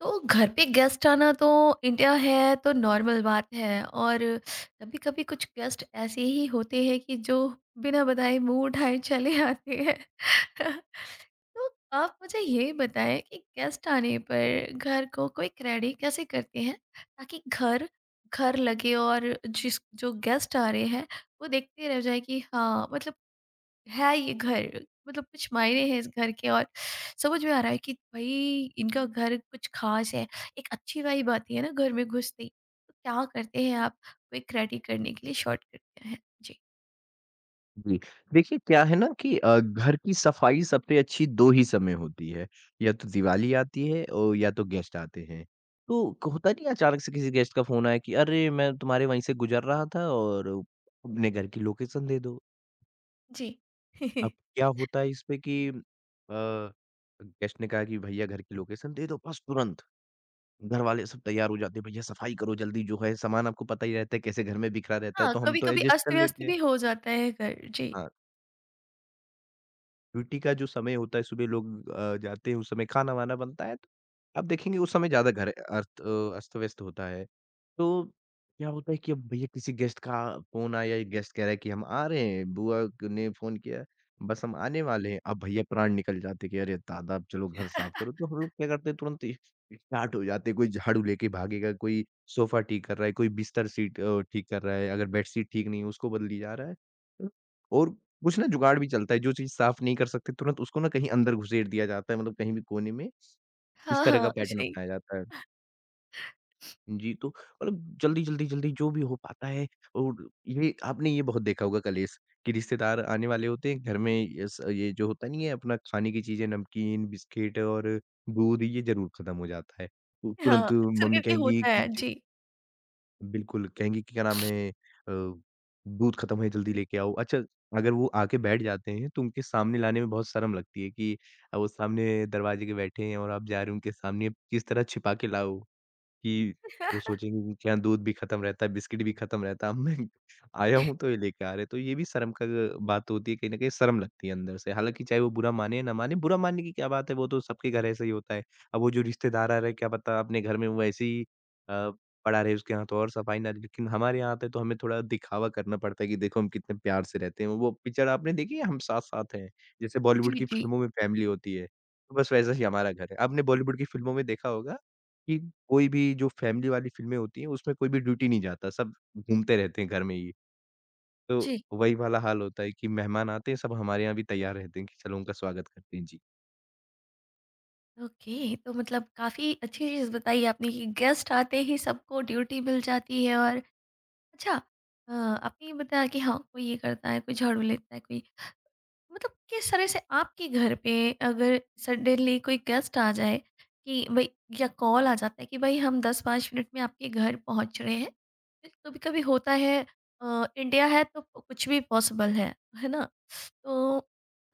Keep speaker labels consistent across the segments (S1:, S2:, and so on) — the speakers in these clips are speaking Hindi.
S1: तो घर पे गेस्ट आना तो इंडिया है तो नॉर्मल बात है। और कभी कभी कुछ गेस्ट ऐसे ही होते हैं कि जो बिना बताए मुंह उठाए चले आते हैं। तो आप मुझे ये बताएं कि गेस्ट आने पर घर को क्विक रेडी कैसे करते हैं ताकि घर घर लगे और जिस जो गेस्ट आ रहे हैं वो देखते रह जाए कि हाँ मतलब है ये घर। मतलब कुछ मायने हैं इस घर के और समझ में आ रहा है कि भाई इनका घर कुछ खास है। एक अच्छी वाइब आती है ना घर में घुसते ही। तो क्या करते हैं आप क्विक रेडी करने के लिए शॉर्ट करते हैं जी?
S2: जी, देखिए क्या है ना कि घर की सफाई सबसे अच्छी 2 ही समय होती है, या तो दिवाली आती है और या तो गेस्ट आते हैं। तो क होता नहीं है अचानक से किसी गेस्ट का फ़ोन आया कि अरे! मैं तुम्हारे वहीं से गुज़र रहा था और अपने घर की लोकेशन दे दो।
S1: जी।
S2: अब क्या होता है इस पे कि गेस्ट ने कहा कि भैया घर की लोकेशन दे दो बस तुरंत। घर वाले सब तैयार हो जाते हैं, भैया सफाई करो जल्दी जो है सामान आपको पता ही रहता है कैसे घर में बिखरा रहता है
S1: हाँ
S2: तो हम
S1: कभी
S2: तो
S1: कभी
S2: एडजस्ट कर
S1: अस्त व्यस्त
S2: लेते हैं।
S1: भी हो जाता है घर जी।
S2: हाँ। ड्यूटी का जो समय होता है सुबह लोग जाते हैं उस समय खाना-वाना बनता है, तो आप देखेंगे उस समय ज़्यादा घर अस्त-व्यस्त होता है। तो क्या होता है कि अब भैया किसी गेस्ट का फ़ोन आया या गेस्ट कह रहा है कि हम आ रहे हैं, बुआ ने फ़ोन किया, बस हम आने वाले हैं। अब भैया प्राण निकल जाते हैं कि अरे दादा अब चलो घर साफ करो, तो हम लोग क्या करते हैं तुरंत ही स्टार्ट हो जाते हैं, कोई झाड़ू लेके भागेगा, कोई सोफ़ा ठीक कर रहा है, कोई बिस्तर ठीक कर रहा है, अगर बेडशीट ठीक नहीं है उसको बदली जा रहा है। और कुछ ना जुगाड़ भी चलता है, जो चीज़ साफ़ नहीं कर सकते तुरंत उसको ना कहीं अंदर घुसेड़ दिया जाता है, मतलब कहीं भी कोने में इस
S1: हाँ
S2: तरह का
S1: हाँ
S2: पैटर्न
S1: सही।
S2: अपनाया जाता है। जी, तो मतलब जल्दी, जल्दी, जल्दी जो भी हो पाता है और ये आपने ये बहुत देखा होगा कलेश कि रिश्तेदार आने वाले होते हैं, घर में ये जो होता नहीं है अपना खाने की चीज़ें नमकीन, बिस्किट और दूध ये ज़रूर खत्म हो जाता है। तो
S1: हाँ
S2: तुरंत
S1: अक्सर
S2: मम्मी
S1: करके
S2: कहेंगी
S1: होता है
S2: कि
S1: जी।
S2: बिल्कुल, कहेंगे कि क्या नाम है दूध खत्म है जल्दी लेके आओ। अच्छा, अगर वो आके बैठ जाते हैं तो उनके सामने लाने में बहुत शर्म लगती है कि वो सामने दरवाजे के बैठे हैं और आप जा रहे हो उनके सामने, किस तरह छिपा के लाओ? कि वो सोचेंगे कि क्या दूध भी खत्म रहता है, बिस्किट भी खत्म रहता है, अब मैं आया हूँ तो ये लेके आ रहे हैं। तो ये भी शर्म का ग बात होती है, कहीं न कहीं शर्म लगती है अंदर से। हालाँकि चाहे वो बुरा माने या ना माने, बुरा मानने की क्या बात है, वो तो सबके घर ऐसा ही होता है। अब वो जो रिश्तेदार आ रहे हैं, क्या पता अपने घर में वो ऐसे ही अ, पड़ा रहे, उसके यहाँ तो और सफाई ना रही। लेकिन हमारे यहाँ आता है तो हमें थोड़ा दिखावा करना पड़ता है कि देखो हम कितने प्यार से रहते हैं। वो पिक्चर आपने देखी है हम साथ-साथ हैं? जैसे
S1: जी
S2: बॉलीवुड की
S1: जी
S2: फ़िल्मों में फैमिली होती है, तो बस वैसा ही हमारा घर है। आपने बॉलीवुड की फ़िल्मों में देखा होगा? कि कोई भी जो फैमिली वाली फ़िल्में होती हैं, उसमें कोई भी ड्यूटी नहीं जाता, सब घूमते रहते हैं घर में ही। तो
S1: जी।
S2: वही वाला हाल होता है कि मेहमान आते हैं, सब हमारे यहाँ भी तैयार रहते हैं कि चलो उनका स्वागत करते हैं। जी।
S1: ओके, तो मतलब काफी अच्छी चीज बताई आपने कि गेस्ट आते ही सबको ड्यूटी मिल जाती है। और अच्छा, आपने ये बताया कि हाँ कोई ये करता है, कोई झाड़ू लेता है, कोई, मतलब किस तरह से आपके घर पे अगर सडनली कोई गेस्ट आ जाए कि भाई, या कॉल आ जाता है कि भाई हम दस पाँच मिनट में आपके घर पहुंच रहे हैं। कभी कभी होता है, इंडिया है तो कुछ भी पॉसिबल है ना? तो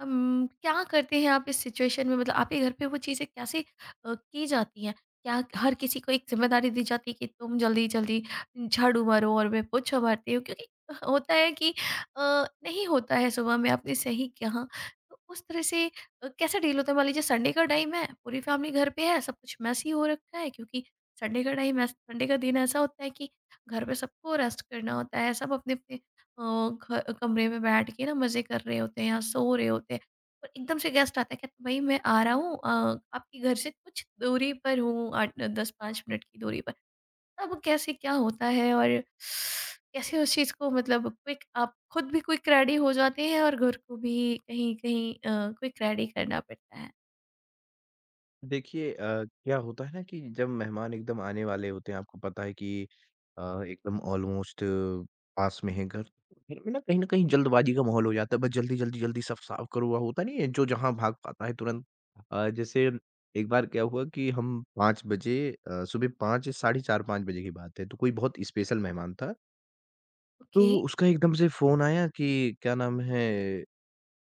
S1: हम क्या करते हैं, आप इस सिचुएशन में मतलब आपके घर पे वो चीज़ें कैसे की जाती हैं? क्या हर किसी को एक जिम्मेदारी दी जाती है कि तुम जल्दी जल्दी झाड़ू मारो और मैं पोछा मारती हूँ? क्योंकि होता है कि अ, नहीं होता है सुबह में, आपने सही कहा। तो उस तरह से कैसा डील होता है? मान लीजिए संडे का टाइम है, पूरी फैमिली घर पे है, सब कुछ मेसी हो रखा है क्योंकि संडे का दिन ऐसा होता है कि घर पे सबको रेस्ट करना होता है, सब अपने-अपने अ, घ कमरे में बैठ के ना मज़े कर रहे होते हैं या सो रहे होते हैं। और एकदम से गेस्ट आता है, कहता है, "भई मैं आ रहा हूँ, आपके घर से कुछ दूरी पर हूँ, आठ 10-5 मिनट की दूरी पर।" अब कैसे क्या होता है और कैसे उस चीज़ को मतलब क्विक आप खुद भी क्विक रेडी हो जाते हैं और घर को भी कहीं कहीं क्विक रेडी करना पड़ता है।
S2: देखिए क्या होता है ना कि जब मेहमान एकदम आने वाले होते हैं आपको पता है कि एकदम ऑलमोस्ट पास में है घर घर में ना कहीं जल्दबाजी का माहौल हो जाता है बस जल्दी जल्दी जल्दी सब साफ करो हुआ होता नहीं है जो जहां भाग पाता है तुरंत जैसे एक बार क्या हुआ कि हम 5 बजे सुबह 5, साढ़े 4-5 बजे की बात है तो कोई बहुत स्पेशल मेहमान था
S1: ओके।
S2: तो उसका एकदम से फोन आया कि क्या नाम है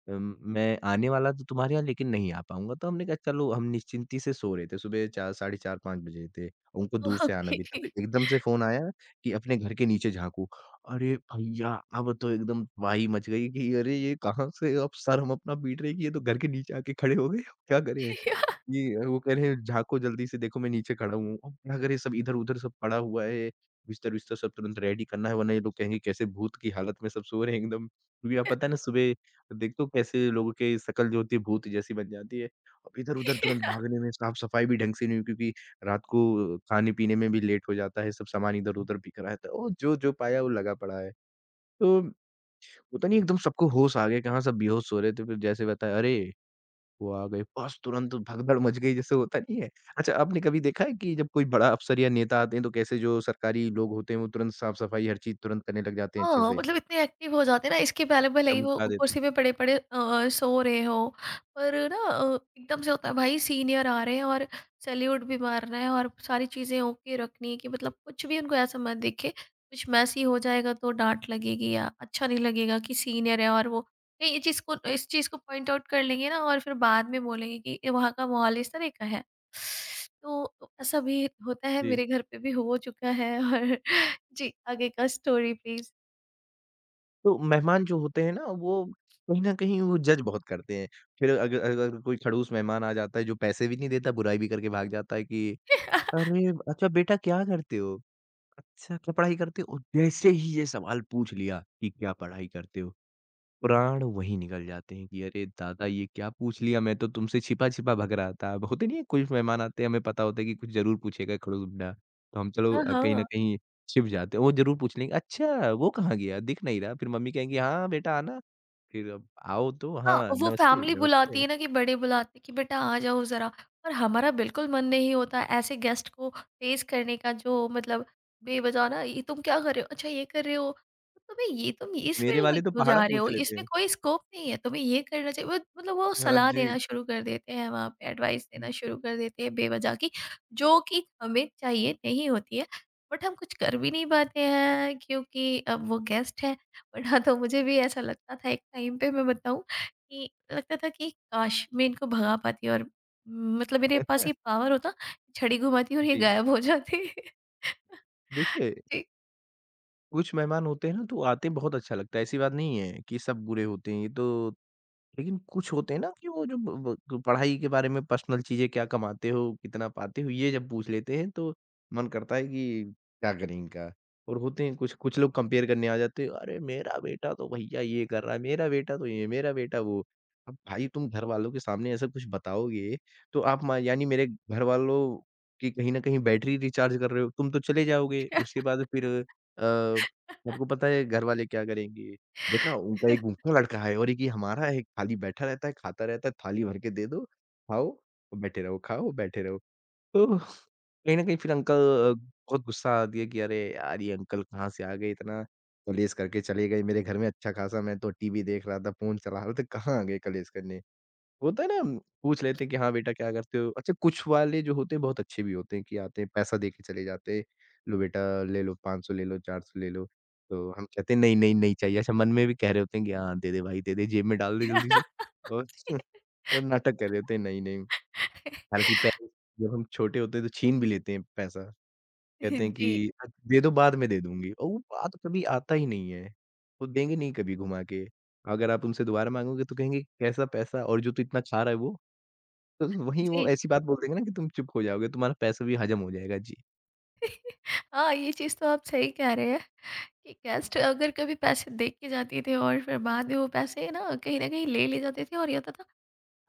S2: मैं आने वाला तो तुम्हारे यहाँ लेकिन नहीं आ पाऊँगा। तो हमने कहा चलो हम निश्चिंती से सो रहे थे, सुबह 4 साढ़े 4-5 बजे थे, उनको दूर से आना
S1: ओके।
S2: भी था। फिर एकदम से फ़ोन आया कि अपने घर के नीचे झाँको। अरे भैया! अब तो एकदम तबाही मच गई कि अरे ये कहाँ से अब सर हम अपना पीट रहे हैं कि ये तो घर के नीचे आके खड़े हो गए, अब क्या करें? ये वो कह रहे हैं, "झाँको जल्दी से देखो मैं नीचे खड़ा हूँ।" अब क्या करें सब इधर-उधर सब पड़ा हुआ है, बिस्तर-विस्तर सब तुरंत रेडी करना है वरना ये लोग कहेंगे कैसे भूत की हालत में सब सो रहे हैं एकदम। क्योंकि आप पता है ना सुबह देखते हो कैसे लोगों की शक्ल जो होती है भूत जैसी बन जाती है। अब इधर-उधर तुरंत भागने में साफ-सफाई भी ढंग से नहीं हुई क्योंकि रात को खाने-पीने में भी लेट हो जाता है, सब सामान इधर-उधर बिखरा रहा है, तो जो-जो पाया वो लगा पड़ा है। तो पता नहीं एकदम सबको होश आ गया कि हाँ, सब बेहोश हो रहे थे, फिर जैसे बताया अरे! वो आ गए, बस तुरंत भगदड़ मच गई जैसे होता नहीं है। अच्छा आपने कभी देखा है कि जब कोई बड़ा अफ़सर या नेता आते हैं तो कैसे जो सरकारी लोग होते हैं वो तुरंत साफ-सफाई हर चीज़ तुरंत करने लग जाते हैं अच्छे
S1: हाँ,
S2: से,
S1: मतलब इतने एक्टिव हो जाते हैं ना, इसके पहले भले ही वो
S2: चमका देते हैं।
S1: कुर्सी पे पड़े-पड़े सो रहे हो। पर ना, एकदम से होता है भाई सीनियर आ रहे हैं और सैल्यूट भी मारना है और सारी चीज़ें ओके रखनी है कि मतलब कुछ भी उनको ऐसा मत दिखे, कुछ मैसी हो जाएगा तो डाँट लगेगी या अच्छा नहीं लगेगा कि सीनियर है और वो, नहीं, ये चीज़ को इस चीज़ को पॉइंट आउट कर लेंगे ना और फिर बाद में बोलेंगे कि ये वहाँ का माहौल इस तरह का है। तो ऐसा भी होता है,
S2: जी।
S1: मेरे घर पे भी हो चुका है और जी, आगे का स्टोरी प्लीज़।
S2: तो मेहमान जो होते हैं ना वो कहीं न कहीं वो जज बहुत करते हैं। फिर अगर अगर कोई खड़ूस मेहमान आ जाता है जो पैसे भी नहीं देता, बुराई भी करके भाग जाता है कि अरे! अच्छा बेटा क्या करते हो? अच्छा क्या पढ़ाई करते हो? और जैसे ही ये सवाल पूछ लिया कि क्या पढ़ाई करते हो? प्राण वहीं निकल जाते हैं कि अरे दादा ये क्या पूछ लिया मैं तो तुमसे छिपा-छिपा भग रहा था। अब होते नहीं है कुछ मेहमान आते हैं हमें पता होता है कि कुछ ज़रूर पूछेगा खड़ूस-मुंडा। तो हम चलो
S1: 嗯
S2: कहीं न
S1: 哼，
S2: कहीं छिप जाते हैं। वो ज़रूर पूछ लेंगे अच्छा वो कहाँ गया? दिख नहीं रहा। फिर मम्मी कहेंगी हाँ बेटा आना। फिर अब आओ तो
S1: हाँ,
S2: हाँ
S1: वो
S2: नमस्ते,
S1: फैमिली बुलाती
S2: नमस्ते।
S1: है ना कि बड़े बुलाते हैं कि बेटा आ जाओ ज़रा, और हमारा बिल्कुल मन नहीं होता ऐसे गेस्ट को फेस करने का जो, मतलब बेवजह ना, ये तुम क्या कर रहे हो? अच्छा ये कर रहे हो? तो तुम्हें ये, तुम इस
S2: मेरे
S1: फ़ील्ड में
S2: वाले तो
S1: क्यों
S2: पहाड़ा
S1: जा रहे हो?
S2: पूछ लेते
S1: इसमें
S2: हैं।
S1: कोई स्कोप नहीं है, तुम्हें ये करना चाहिए। वो मतलब वो
S2: हाँ
S1: सलाह
S2: जी।
S1: देना शुरू कर देते हैं वहाँ पे, एडवाइस देना शुरू कर देते हैं बेवजह की, जो कि हमें चाहिए नहीं होती है। बट हम कुछ कर भी नहीं पाते हैं क्योंकि अब वो गेस्ट हैं। वरना तो मुझे भी ऐसा लगता था एक टाइम पे, मैं बताऊँ, कि लगता था कि काश मैं इनको भगा पाती और मतलब मेरे पास ये पावर होता, छड़ी घुमाती और ये
S2: जी।
S1: गायब हो जाते।
S2: देखिए
S1: जी,
S2: कुछ मेहमान होते हैं ना तो आते बहुत अच्छा लगता है। ऐसी बात नहीं है कि सब बुरे होते हैं। ये तो लेकिन कुछ होते हैं ना कि वो जो ब ब पढ़ाई के बारे में पर्सनल चीज़ें क्या कमाते हो, कितना पाते हो, ये जब पूछ लेते हैं तो मन करता है कि क्या करें इनका? और होते हैं कुछ कुछ लोग कंपेयर करने आ जाते हैं, अरे! मेरा बेटा तो भैया ये कर रहा है, मेरा बेटा तो ये, मेरा बेटा वो। अब भाई तुम घरवालों के सामने ऐसा कुछ बताओगे तो आप मा यानी मेरे घरवालों की कहीं न कहीं बैटरी रिचार्ज कर रहे हो, तुम तो चले जाओगे। उसके बाद फिर आपको पता है घरवाले क्या करेंगे? देखा उनका एक उनका लड़का है और एक ये हमारा है, खाली बैठा रहता है, खाता रहता है, थाली भर के दे दो, खाओ, बैठे रहो, खाओ, बैठे रहो। तो कहीं न कहीं फिर अ, बहुत गुस्सा आ गया कि अरे यार! ये अंकल कहाँ से आ गए, इतना कलेश करके चले गए मेरे घर में अच्छा-खासा मैं तो टीवी देख रहा था, फ़ोन चला रहा था, कहाँ आ गए कलेश करने। होता है ना हम पूछ लेते हैं कि हाँ बेटा क्या करते हो? अच्छा कुछ वाले जो होते हैं बहुत अच्छे भी होते हैं कि आते हैं पैसा दे के चले जाते हैं, लो बेटा ले लो 500 ले लो 400 ले लो। तो हम कहते हैं नहीं, नहीं, नहीं चाहिए। अच्छा मन में भी कह रहे होते हैं कि हाँ दे दे भाई दे दे जेब में डाल दे जल्दी से। और और नाटक कर रहे होते हैं नहीं, नहीं। हालाँकि पेरेंट्स जब हम छोटे होते हैं तो छीन भी लेते हैं पैसा। कहते हैं
S1: जी,
S2: कि दे दो बाद में दे दूँगी" और वो बाद कभी आता ही नहीं है। वो देंगे नहीं कभी घुमा के। अगर आप उनसे दोबारा माँगोगे तो कहेंगे कैसा पैसा और जो तू इतना खा रहा है वो? तो वहीं वो
S1: जी।
S2: ऐसी बात बोल देंगे ना कि तुम चुप हो जाओगे, तुम्हारा पैसा भी हजम हो जाएगा। जी।
S1: हाँ, ये चीज़ तो आप सही कह रहे हैं कि गेस्ट अगर कभी पैसे दे के जाते थे और फिर बाद में वो पैसे ना कहीं न कहीं ले ले जाते थे और ये होता था,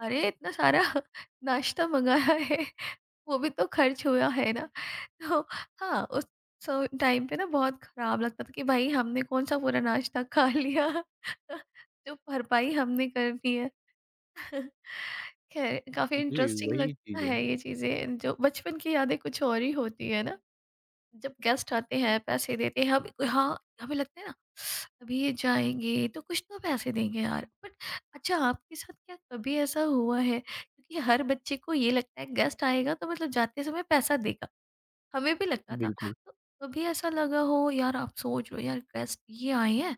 S1: "अरे! इतना सारा नाश्ता मँगाया है।" वो भी तो खर्च हुआ है ना। तो हाँ, उस टाइम पे ना बहुत खराब लगता था कि भाई हमने कौन-सा पूरा नाश्ता खा लिया। जो भरपाई हमने कर दी है। खैर, काफ़ी
S2: जी,
S1: इंटरेस्टिंग
S2: वही
S1: लगता
S2: चीज़ है।
S1: है ये चीज़ें, जो बचपन की यादें कुछ और ही होती है ना। जब गेस्ट आते हैं पैसे देते हैं, हम, हाँ, हमें लगता है ना अभी ये जाएंगे तो कुछ तो पैसे देंगे यार। बट अच्छा, आपके साथ क्या कभी ऐसा हुआ है, क्योंकि हर बच्चे को ये लगता है गेस्ट आएगा तो मतलब जाते समय पैसा देगा, हमें भी लगता था,
S2: बिल्कुल।
S1: तो कभी ऐसा लगा हो यार, आप सोच रहे हो यार गेस्ट ये आए हैं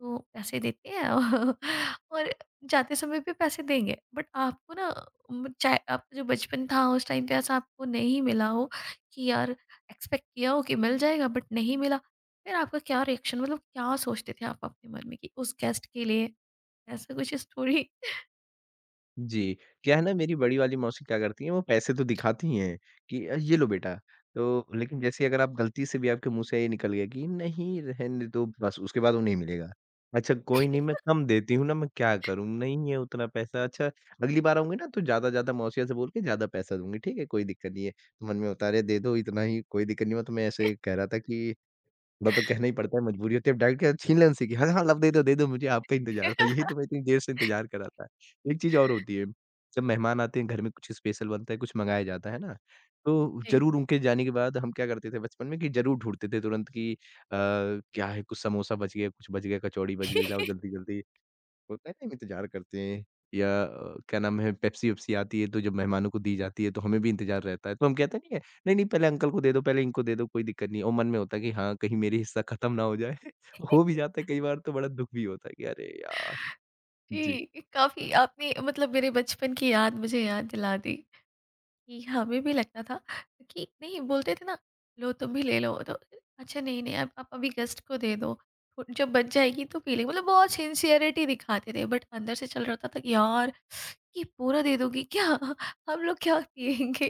S1: तो पैसे देते हैं और जाते समय भी पैसे देंगे, बट आपको ना, चाहे आप, जो बचपन था उस टाइम पे ऐसा आपको नहीं मिला हो कि यार एक्सपेक्ट किया हो कि मिल जाएगा बट नहीं मिला, फिर आपका क्या रिएक्शन, मतलब क्या सोचते थे आप अपने मन में कि उस गेस्ट के लिए? ऐसा कुछ स्टोरी?
S2: जी। क्या है ना मेरी बड़ी वाली मौसी क्या करती हैं वो पैसे तो दिखाती ही हैं कि ये लो बेटा। तो लेकिन जैसे ही अगर आप गलती से भी आपके मुँह से ये निकल गया कि नहीं रहने दो बस उसके बाद वो नहीं मिलेगा। अच्छा कोई नहीं मैं कम देती हूँ ना मैं क्या करूँ? नहीं है उतना पैसा। अच्छा अगली बार आऊँगी ना तो ज़्यादा-ज़्यादा मौसिया से बोल के ज़्यादा पैसा दूँगी। ठीक है कोई दिक्कत नहीं है। तो मन में होता है अरे दे दो इतना ही कोई दिक्कत नहीं मैं तुम्हें ऐसे ही कह रहा था कि थोड़ा तो कहना ही पड़ता है, मजबूरी होती है। अब डायरेक्ट क्या छीन लें उनसे कि हाँ, हाँ, लव दे दो मुझे आपका इंतज़ार था। यही तो मैं इतनी देर से इंतज़ार कर रहा था। एक चीज़ और होती है, जब मेहमान आते हैं घर में कुछ स्पेशल बनता है, कुछ मँगाया जाता है ना? तो
S1: जी।
S2: ज़रूर उनके जाने के बाद हम क्या करते थे बचपन में कि ज़रूर ढूँढते थे तुरंत कि क्या है कुछ समोसा बच गया, कुछ बच गया, कचौड़ी बच गई, लाओ जल्दी-जल्दी। होता है ना हम इंतज़ार करते हैं या क्या नाम है पेप्सी-वेप्सी आती है तो जब मेहमानों को दी जाती है तो हमें भी इंतज़ार रहता है। तो हम कहते नहीं है, नहीं, नहीं पहले अंकल को दे दो, पहले इनको दे दो कोई दिक्कत नहीं है और मन में होता है कि हाँ, कहीं मेरी हिस्सा खत्म ना हो जाए। हो भी जाता है कई बार तो बड़ा दुःख भी होता है कि अरे यार! जी।
S1: जी, काफी आपने मतलब मेरे बचपन की याद मुझे याद दिला दी कि हमें भी लगता था कि, नहीं बोलते थे ना, लो तुम भी ले लो, तो अच्छा नहीं नहीं, आप, आप अभी गेस्ट को दे दो, जब बच जाएगी तो पी लेंगे। मतलब बहुत सिंसियरिटी दिखाते थे बट अंदर से चल रहा होता था कि यार, ये पूरा दे दोगी क्या? हम लोग क्या पिएंगे?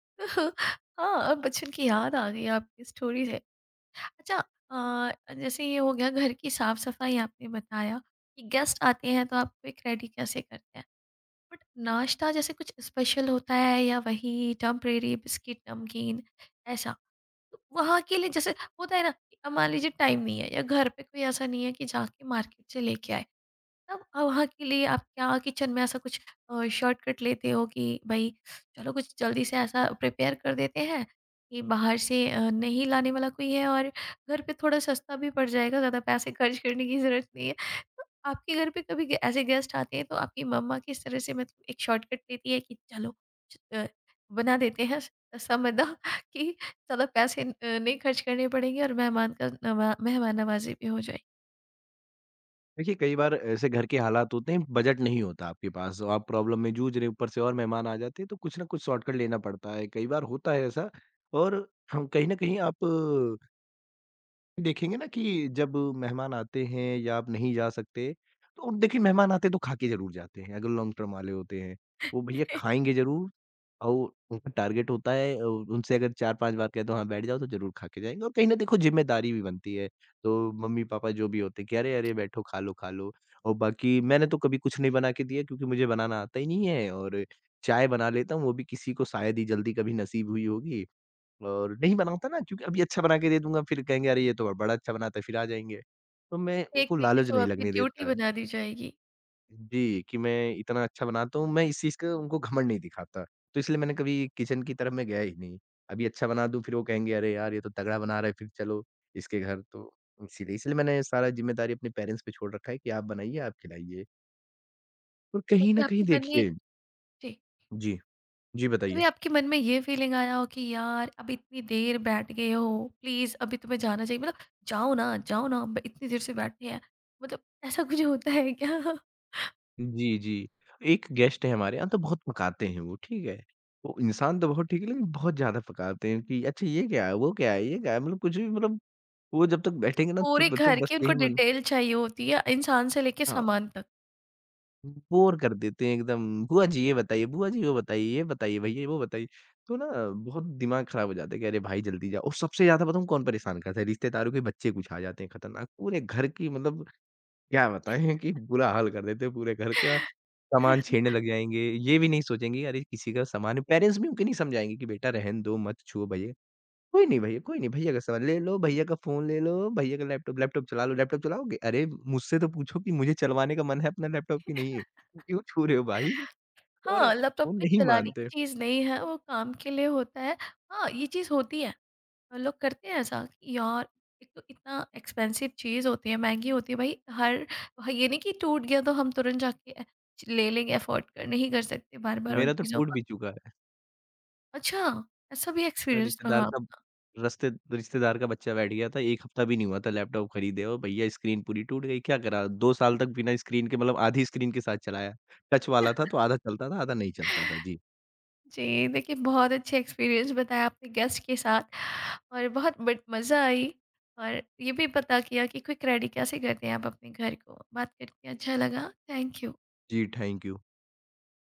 S1: तो हाँ, अब बचपन की याद आ गई आपकी स्टोरी से। अच्छा, अ, जैसे ये हो गया घर की साफ सफाई, आपने बताया कि गेस्ट आते हैं तो आप क्विक रेडी कैसे करते हैं, बट नाश्ता जैसे कुछ स्पेशल होता है या वही टेम्परेरी बिस्किट नमकीन ऐसा, तो वहाँ के लिए, जैसे होता है ना कि अब मान लीजिए टाइम नहीं है या घर पे कोई ऐसा नहीं है कि जाके मार्केट से लेके आए, तब अब वहाँ के लिए आप क्या किचन में ऐसा कुछ शॉर्टकट लेते हो कि भाई चलो कुछ जल्दी से ऐसा प्रिपेयर कर देते हैं कि बाहर से नहीं, लाने वाला कोई है और घर पे थोड़ा सस्ता भी पड़ जाएगा, ज़्यादा पैसे खर्च करने की ज़रूरत नहीं है। आपके घर पे कभी ऐसे गेस्ट आते हैं तो आपकी मम्मा किस तरह से मतलब एक शॉर्टकट लेती है कि चलो च- अ, बना देते हैं, समझदा कि ज्यादा पैसे नहीं खर्च करने पड़ेंगे और मेहमान नवाजी भी हो जाएगी।
S2: देखिए, कई बार ऐसे घर के हालात होते हैं, बजट नहीं होता आपके पास और आप प्रॉब्लम में जूझ रहे हैं, ऊपर से और मेहमान आ जाते हैं तो कुछ ना कुछ शॉर्टकट लेना पड़ता है। कई बार होता है ऐसा और हम कहीं न कहीं आप देखेंगे ना कि जब मेहमान आते हैं या आप नहीं जा सकते, तो देखिए मेहमान आते हैं तो खा के ज़रूर जाते हैं, अगर लॉन्ग टर्म वाले होते हैं। वो भैया खाएँगे ज़रूर और उनका टारगेट होता है उनसे अगर 4-5 बार कह दो हाँ, बैठ जाओ तो ज़रूर खा के जाएँगे और कहीं न देखो ज़िम्मेदारी भी बनती है। तो मम्मी-पापा जो भी होते हैं कि अरे, अरे! बैठो, खा लो और बाकी मैंने तो कभी कुछ नहीं बना के दिया क्योंकि मुझे बनाना आता ही नहीं है और चाय बना लेता हूँ, वो भी किसी को शायद ही जल्दी कभी नसीब हुई होगी। और नहीं बनाता ना क्योंकि अभी अच्छा बना के दे दूँगा फिर कहेंगे अरे ये तो बड़ा अच्छा बनाता है, फिर आ जाएँगे। तो मैं
S1: एक
S2: उनको
S1: तरीके
S2: लालच
S1: से वो
S2: नहीं
S1: आपकी
S2: लगने
S1: ड्यूटी
S2: देता
S1: बना दी जाएगी।
S2: जी, कि मैं इतना अच्छा बनाता हूँ, मैं इस चीज़ का उनको घमंड नहीं दिखाता। तो इसलिए मैंने कभी किचन की तरफ मैं गया ही नहीं। अभी अच्छा बना दूँ फिर वो कहेंगे अरे यार ये तो तगड़ा बना रहा है फिर चलो इसके घर तो इसलिए मैंने सारा ज़िम्मेदारी अपने पेरेंट्स पे छोड़ रखा है कि आप बनाइए, आप खिलाइए। और कहीं
S1: कभी
S2: न कहीं
S1: आपके मन में,
S2: देखिए
S1: जी,
S2: जी, जी
S1: कभी
S2: बताइए?
S1: आपके मन में ये फीलिंग आया हो कि यार अब इतनी देर बैठ गए हो, प्लीज अभी तुम्हें जाना चाहिए, मतलब जाओ ना, जाओ ना, इतनी देर से बैठे हैं, मतलब ऐसा कुछ होता है क्या?
S2: जी, जी। एक गेस्ट है हमारे यहाँ तो बहुत पकाते हैं वो, ठीक है? वो इंसान तो बहुत ठीक है लेकिन बहुत ज़्यादा पकाते हैं कि अच्छा ये क्या है, वो क्या है, ये क्या है? मतलब कुछ भी मतलब वो जब तक
S1: तो
S2: बैठेंगे ना
S1: पूरे
S2: चुप तो
S1: घर
S2: बस
S1: की उनको
S2: यही मन
S1: डिटेल चाहिए होती है, इंसान से लेके
S2: हाँ,
S1: सामान तक।
S2: बोर कर देते हैं एकदम। "बुआ जी ये बताइए, बुआ जी वो बताइए, ये बताइए, भैया वो बताइए।" तो ना बहुत दिमाग खराब हो जाता है कि अरे भाई जल्दी जाओ और सबसे ज़्यादा बताऊँ कौन परेशान करता है? रिश्तेदारों के बच्चे कुछ आ जाते हैं खतरनाक। पूरे घर की मतलब क्या बताएँ कि बुरा हाल कर देते हैं पूरे घर का, सामान छीनने लग जाएँगे, ये भी नहीं सोचेंगे अरे किसी का सामान है पेरेंट्स भी उनके नहीं समझाएँगे कि बेटा रहने दो मत छुओ भैया, कोई नहीं भैया कोई नहीं भैया का सामान ले लो, भैया का फ़ोन ले लो, भैया का लैपटॉप लैपटॉप चला लो, लैपटॉप चलाओगे? अरे मुझसे तो पूछो कि मुझे चलवाने का मन है अपना लैपटॉप कि नहीं है? क्यों छू रहे हो भाई? और
S1: हाँ, लैपटॉप
S2: वो
S1: कोई
S2: नहीं
S1: चलाने की
S2: मानते,
S1: चीज़ नहीं है, वो काम के लिए होता है। हाँ, ये चीज़ होती है, और लोग करते हैं ऐसा कि यार, एक तो इतना एक्सपेंसिव चीज़ होती है, महँगी होती है भाई, हर, ये नहीं कि टूट गया तो हम तुरंत जाके ले लेंगे, अफ़ोर्ड कर नहीं कर सकते बार-बार उन
S2: मेरा तो
S1: चीज़ों
S2: टूट
S1: का।
S2: भी चुका है।
S1: अच्छा, ऐसा भी
S2: मेरा
S1: एक्सपीरियंस
S2: रिश्तेदार
S1: रहा?
S2: का रस्ते रिश्तेदार का बच्चा बैठ गया था, 1 हफ्ता भी नहीं हुआ था लैपटॉप खरीदे और भैया स्क्रीन पूरी टूट गई, क्या करा? 2 साल तक बिना स्क्रीन के मतलब आधी स्क्रीन के साथ चलाया। टच वाला था तो आधा चलता था, आधा नहीं चलता था। जी।
S1: जी, देखिए बहुत अच्छा एक्सपीरियंस बताया आपने गेस्ट के साथ, और बहुत बट मज़ा आई, और ये भी पता किया कि क्विक रेडी कैसे करते हैं आप अपने घर को। बात करके अच्छा लगा। Thank you.
S2: जी, थैंक यू।